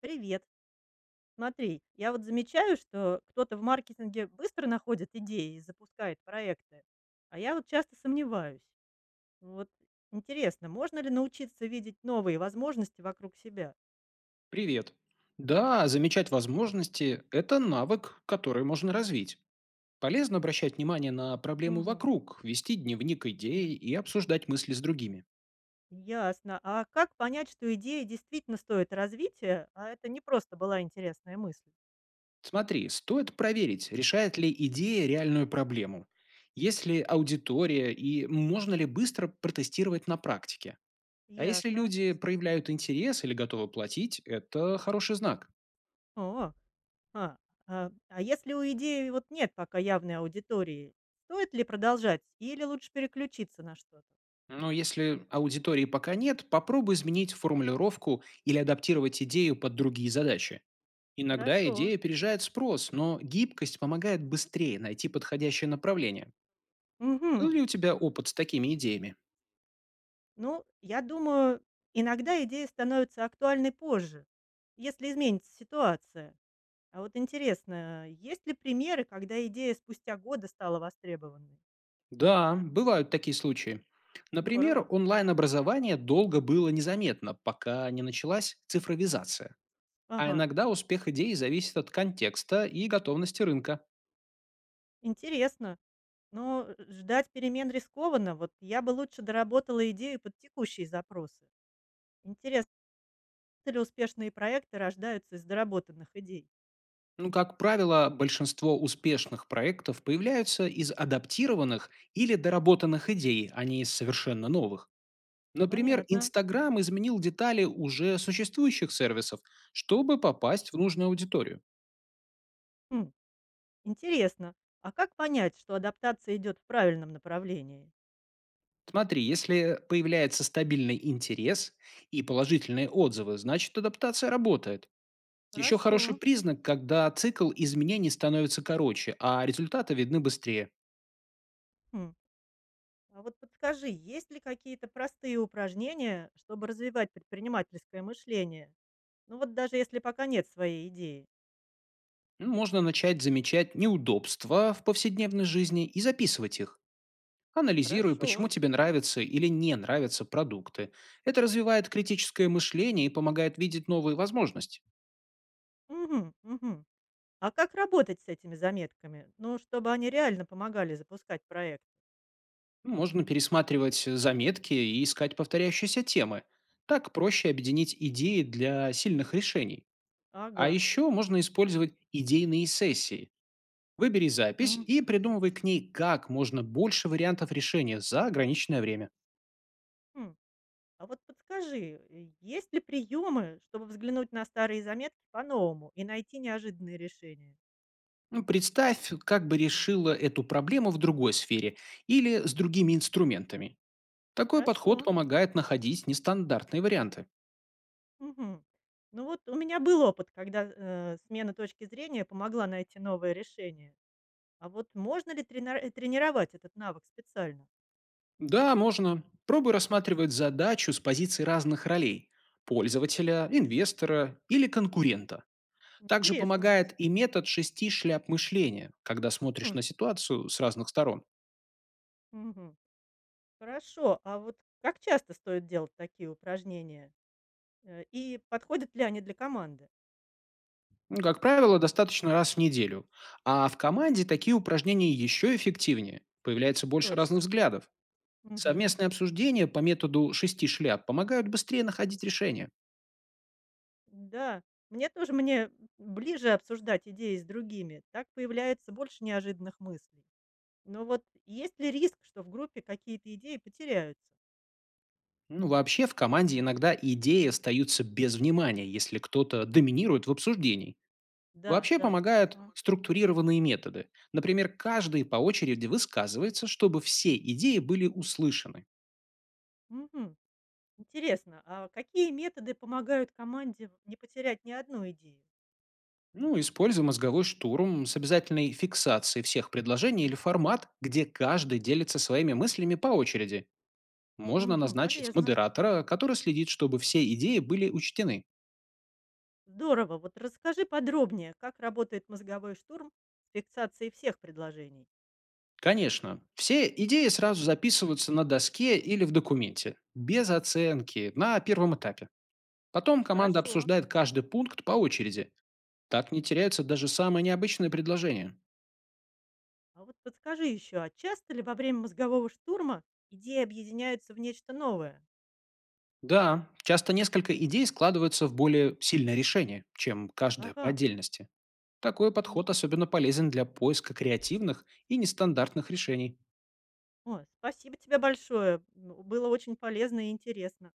Привет. Смотри, я вот замечаю, что кто-то в маркетинге быстро находит идеи и запускает проекты, а я вот часто сомневаюсь. Ну вот интересно, можно ли научиться видеть новые возможности вокруг себя? Привет. Да, замечать возможности– это навык, который можно развить. Полезно обращать внимание на проблему Мгм. вокруг, вести дневник Да. идей и обсуждать мысли с другими. Ясно. А как понять, что идея действительно стоит развития, а это не просто была интересная мысль? Смотри, стоит проверить, решает ли идея реальную проблему, есть ли аудитория и можно ли быстро протестировать на практике. А если Ясно. люди проявляют интерес или готовы платить, это хороший знак. О, а, а если у идеи вот нет пока явной аудитории, стоит ли продолжать или лучше переключиться на что-то? Но если аудитории пока нет, попробуй изменить формулировку или адаптировать идею под другие задачи. Иногда Хорошо. идея опережает спрос, но гибкость помогает быстрее найти подходящее направление. Был Мгм. ли у тебя опыт с такими идеями? Ну, я думаю, иногда идея становится актуальной позже, если изменится ситуация. А вот интересно, есть ли примеры, когда идея спустя годы стала востребованной? Да, бывают такие случаи. Например, Здорово. онлайн-образование долго было незаметно, пока не началась цифровизация. А Ага, иногда успех идеи зависит от контекста и готовности рынка. интересно. Но ждать перемен рискованно. Вот я бы лучше доработала идею под текущие запросы. Интересно, ли успешные проекты рождаются из доработанных идей? Ну, как правило, большинство успешных проектов появляются из адаптированных или доработанных идей, а не из совершенно новых. Например, Понятно. Инстаграм изменил детали уже существующих сервисов, чтобы попасть в нужную аудиторию. Хм. Интересно, а как понять, что адаптация идет в правильном направлении? Смотри, если появляется стабильный интерес и положительные отзывы, значит адаптация работает. Еще Хорошо. хороший признак, когда цикл изменений становится короче, а результаты видны быстрее. Хм. А вот подскажи, есть ли какие-то простые упражнения, чтобы развивать предпринимательское мышление? Ну вот даже если пока нет своей идеи. Ну, можно начать замечать неудобства в повседневной жизни и записывать их. Анализируй, Хорошо. почему тебе нравятся или не нравятся продукты. Это развивает критическое мышление и помогает видеть новые возможности. Мгм, мгм. А как работать с этими заметками? Ну, чтобы они реально помогали запускать проект. Ну, можно пересматривать заметки и искать повторяющиеся темы. Так проще объединить идеи для сильных решений. А Ага. еще можно использовать идейные сессии. Выбери запись Мгм. и придумывай к ней как можно больше вариантов решения за ограниченное время. Хм. А вот подскажи, есть ли приемы, чтобы взглянуть на старые заметки по-новому и найти неожиданные решения? Ну, представь, как бы М, как решила эту проблему в другой сфере или с другими инструментами. Такой Хорошо. подход Как вот помогает находить нестандартные варианты. Мгм. Ну вот у меня был опыт, когда смена точки зрения помогла найти новое решение. А вот можно ли тренировать этот навык специально? Да, можно. Пробуй рассматривать задачу с позиций разных ролей– пользователя, инвестора или конкурента. Также Интересно. помогает и метод шести шляп мышления, когда смотришь Хм, на ситуацию с разных сторон. мгм. Хорошо. А вот как часто стоит делать такие упражнения? И подходят ли они для команды? Ну, как правило, достаточно раз в неделю. А в команде такие упражнения еще эффективнее. Появляется больше разных Точно. взглядов. Мгм. Совместные обсуждения по методу шести шляп помогают быстрее находить решения. Да. Мне ближе обсуждать идеи с другими. Так появляется больше неожиданных мыслей. Но вот есть ли риск, что в группе какие-то идеи потеряются? Ну, вообще в команде иногда идеи остаются без внимания, если кто-то доминирует в обсуждении. Да, Вообще да. помогают Ага. структурированные методы. Например, каждый по очереди высказывается, чтобы все идеи были услышаны. Мгм. Интересно, а какие методы помогают команде не потерять ни одну идею? Ну, используй мозговой штурм с обязательной фиксацией всех предложений или формат, где каждый делится своими мыслями по очереди. Можно Мгм, назначить полезно. модератора, который следит, чтобы все идеи были учтены. Здорово. Вот расскажи подробнее, как работает мозговой штурм с фиксацией всех предложений. Конечно. Все идеи сразу записываются на доске или в документе, без оценки, на первом этапе. Потом команда Хорошо. обсуждает каждый пункт по очереди. Так не теряются даже самые необычные предложения. А вот подскажи еще, а часто ли во время мозгового штурма идеи объединяются в нечто новое? Да, часто несколько идей складываются в более сильное решение, чем каждая Ага, по раз. отдельности. Такой подход Мгм. особенно полезен для поиска креативных и нестандартных решений. Ой, спасибо тебе большое. Было очень полезно и интересно.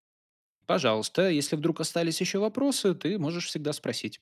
Пожалуйста, если вдруг остались еще вопросы, ты можешь всегда спросить.